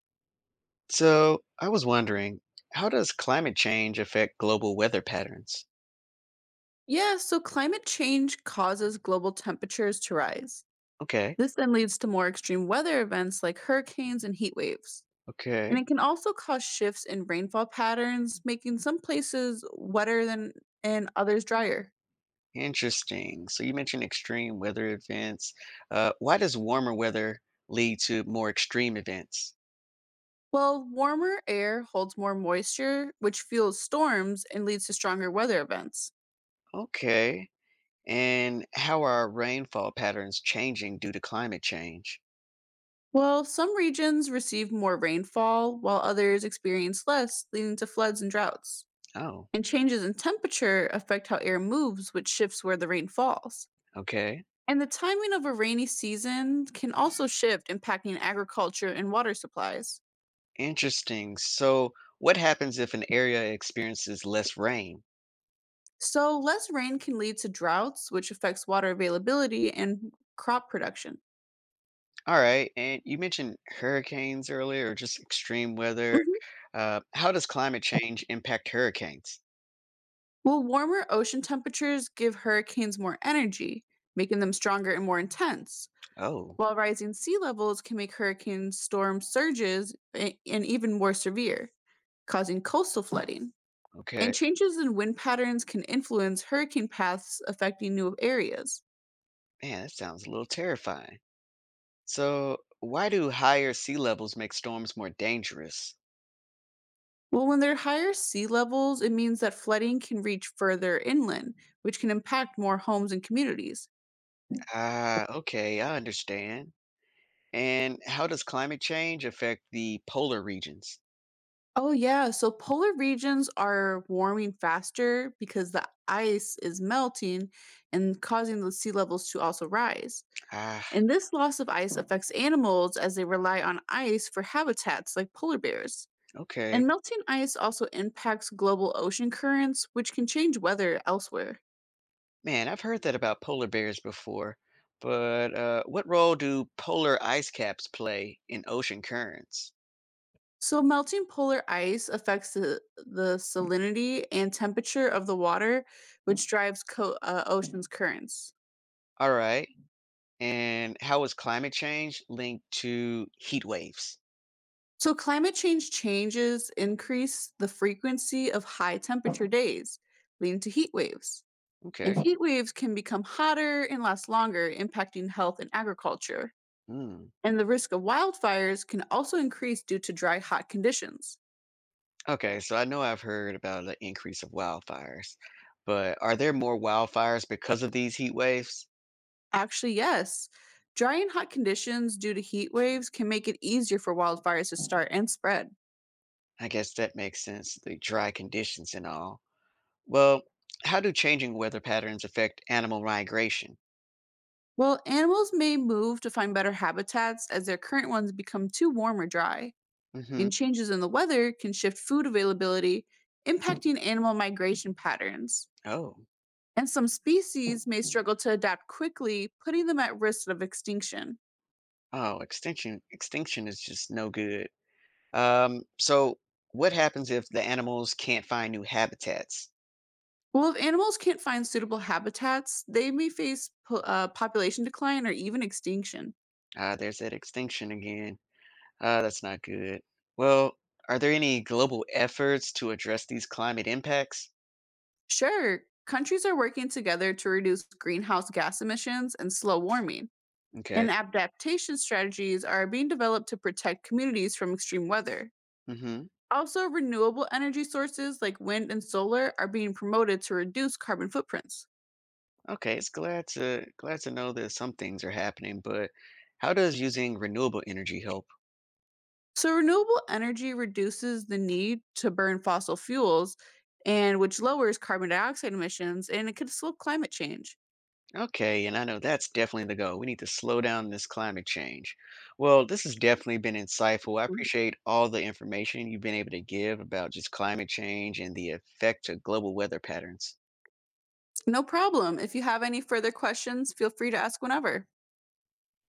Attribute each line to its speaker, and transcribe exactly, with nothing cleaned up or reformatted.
Speaker 1: So, I was wondering, how does climate change affect global weather patterns?
Speaker 2: Yeah, so climate change causes global temperatures to rise.
Speaker 1: Okay,
Speaker 2: This then leads to more extreme weather events like hurricanes and heat waves. And
Speaker 1: okay,
Speaker 2: it can also cause shifts in rainfall patterns, making some places wetter than and others drier.
Speaker 1: interesting. So, you mentioned extreme weather events. Uh, why does warmer weather lead to more extreme events?
Speaker 2: Well, warmer air holds more moisture, which fuels storms and leads to stronger weather events.
Speaker 1: Okay, and how are rainfall patterns changing due to climate change?
Speaker 2: Well, some regions receive more rainfall, while others experience less, leading to floods and droughts.
Speaker 1: Oh,
Speaker 2: And changes in temperature affect how air moves, which shifts where the rain falls.
Speaker 1: okay,
Speaker 2: And the timing of a rainy season can also shift, impacting agriculture and water supplies.
Speaker 1: interesting. So, what happens if an area experiences less rain?
Speaker 2: So, less rain can lead to droughts, which affects water availability and crop production.
Speaker 1: All right, and you mentioned hurricanes earlier, or just extreme weather.
Speaker 2: Mhm.
Speaker 1: Uh, how does climate change impact hurricanes?
Speaker 2: Well, warmer ocean temperatures give hurricanes more energy, making them stronger and more intense,
Speaker 1: Oh,
Speaker 2: while rising sea levels can make hurricane storm surges a- and even more severe, causing coastal flooding.
Speaker 1: okay.
Speaker 2: And changes in wind patterns can influence hurricane paths affecting new areas.
Speaker 1: Man, that sounds a little terrifying. So, why do higher sea levels make storms more dangerous?
Speaker 2: Well, when there are higher sea levels, it means that flooding can reach further inland, which can impact more homes and communities.
Speaker 1: Ah, okay, I understand. And how does climate change affect the polar regions?
Speaker 2: Oh, yeah, so polar regions are warming faster because the ice is melting and causing the sea levels to also rise.
Speaker 1: Ah,
Speaker 2: And this loss of ice affects animals as they rely on ice for habitats like polar bears.
Speaker 1: okay.
Speaker 2: And melting ice also impacts global ocean currents, which can change weather elsewhere.
Speaker 1: Man, I've heard that about polar bears before, but uh, what role do polar ice caps play in ocean currents?
Speaker 2: So, melting polar ice affects the, the salinity and temperature of the water, which drives co- uh, ocean's currents.
Speaker 1: All right. And how is climate change linked to heat waves?
Speaker 2: So, climate change changes increase the frequency of high temperature days, leading to heat waves. And
Speaker 1: Okay.
Speaker 2: heat waves can become hotter and last longer, impacting health and agriculture.
Speaker 1: Mm.
Speaker 2: And the risk of wildfires can also increase due to dry, hot conditions.
Speaker 1: Okay, so I know I've heard about the increase of wildfires, but are there more wildfires because of these heat waves?
Speaker 2: Actually, yes. Dry and hot conditions due to heat waves can make it easier for wildfires to start and spread.
Speaker 1: I guess that makes sense, the dry conditions and all. Well, how do changing weather patterns affect animal migration?
Speaker 2: Well, animals may move to find better habitats as their current ones become too warm or dry,
Speaker 1: Mm-hmm.
Speaker 2: and changes in the weather can shift food availability, impacting animal migration patterns.
Speaker 1: Oh,
Speaker 2: And some species may struggle to adapt quickly, putting them at risk of extinction.
Speaker 1: oh, extinction extinction is just no good. Um, so what happens if the animals can't find new habitats?
Speaker 2: Well, if animals can't find suitable habitats, they may face po- uh, population decline or even extinction.
Speaker 1: Ah, there's that extinction again. Ah, that's not good. Well, are there any global efforts to address these climate impacts?
Speaker 2: Sure, countries are working together to reduce greenhouse gas emissions and slow warming,
Speaker 1: Okay.
Speaker 2: and adaptation strategies are being developed to protect communities from extreme weather.
Speaker 1: Mm-hmm.
Speaker 2: Also, renewable energy sources like wind and solar are being promoted to reduce carbon footprints.
Speaker 1: Okay, it's glad to glad to know that some things are happening, but how does using renewable energy help?
Speaker 2: So, renewable energy reduces the need to burn fossil fuels, and which lowers carbon dioxide emissions, and it could slow climate change.
Speaker 1: Okay, and I know that's definitely the goal. We need to slow down this climate change. Well, this has definitely been insightful. I appreciate all the information you've been able to give about just climate change and the effect of global weather patterns.
Speaker 2: No problem. If you have any further questions, feel free to ask whenever.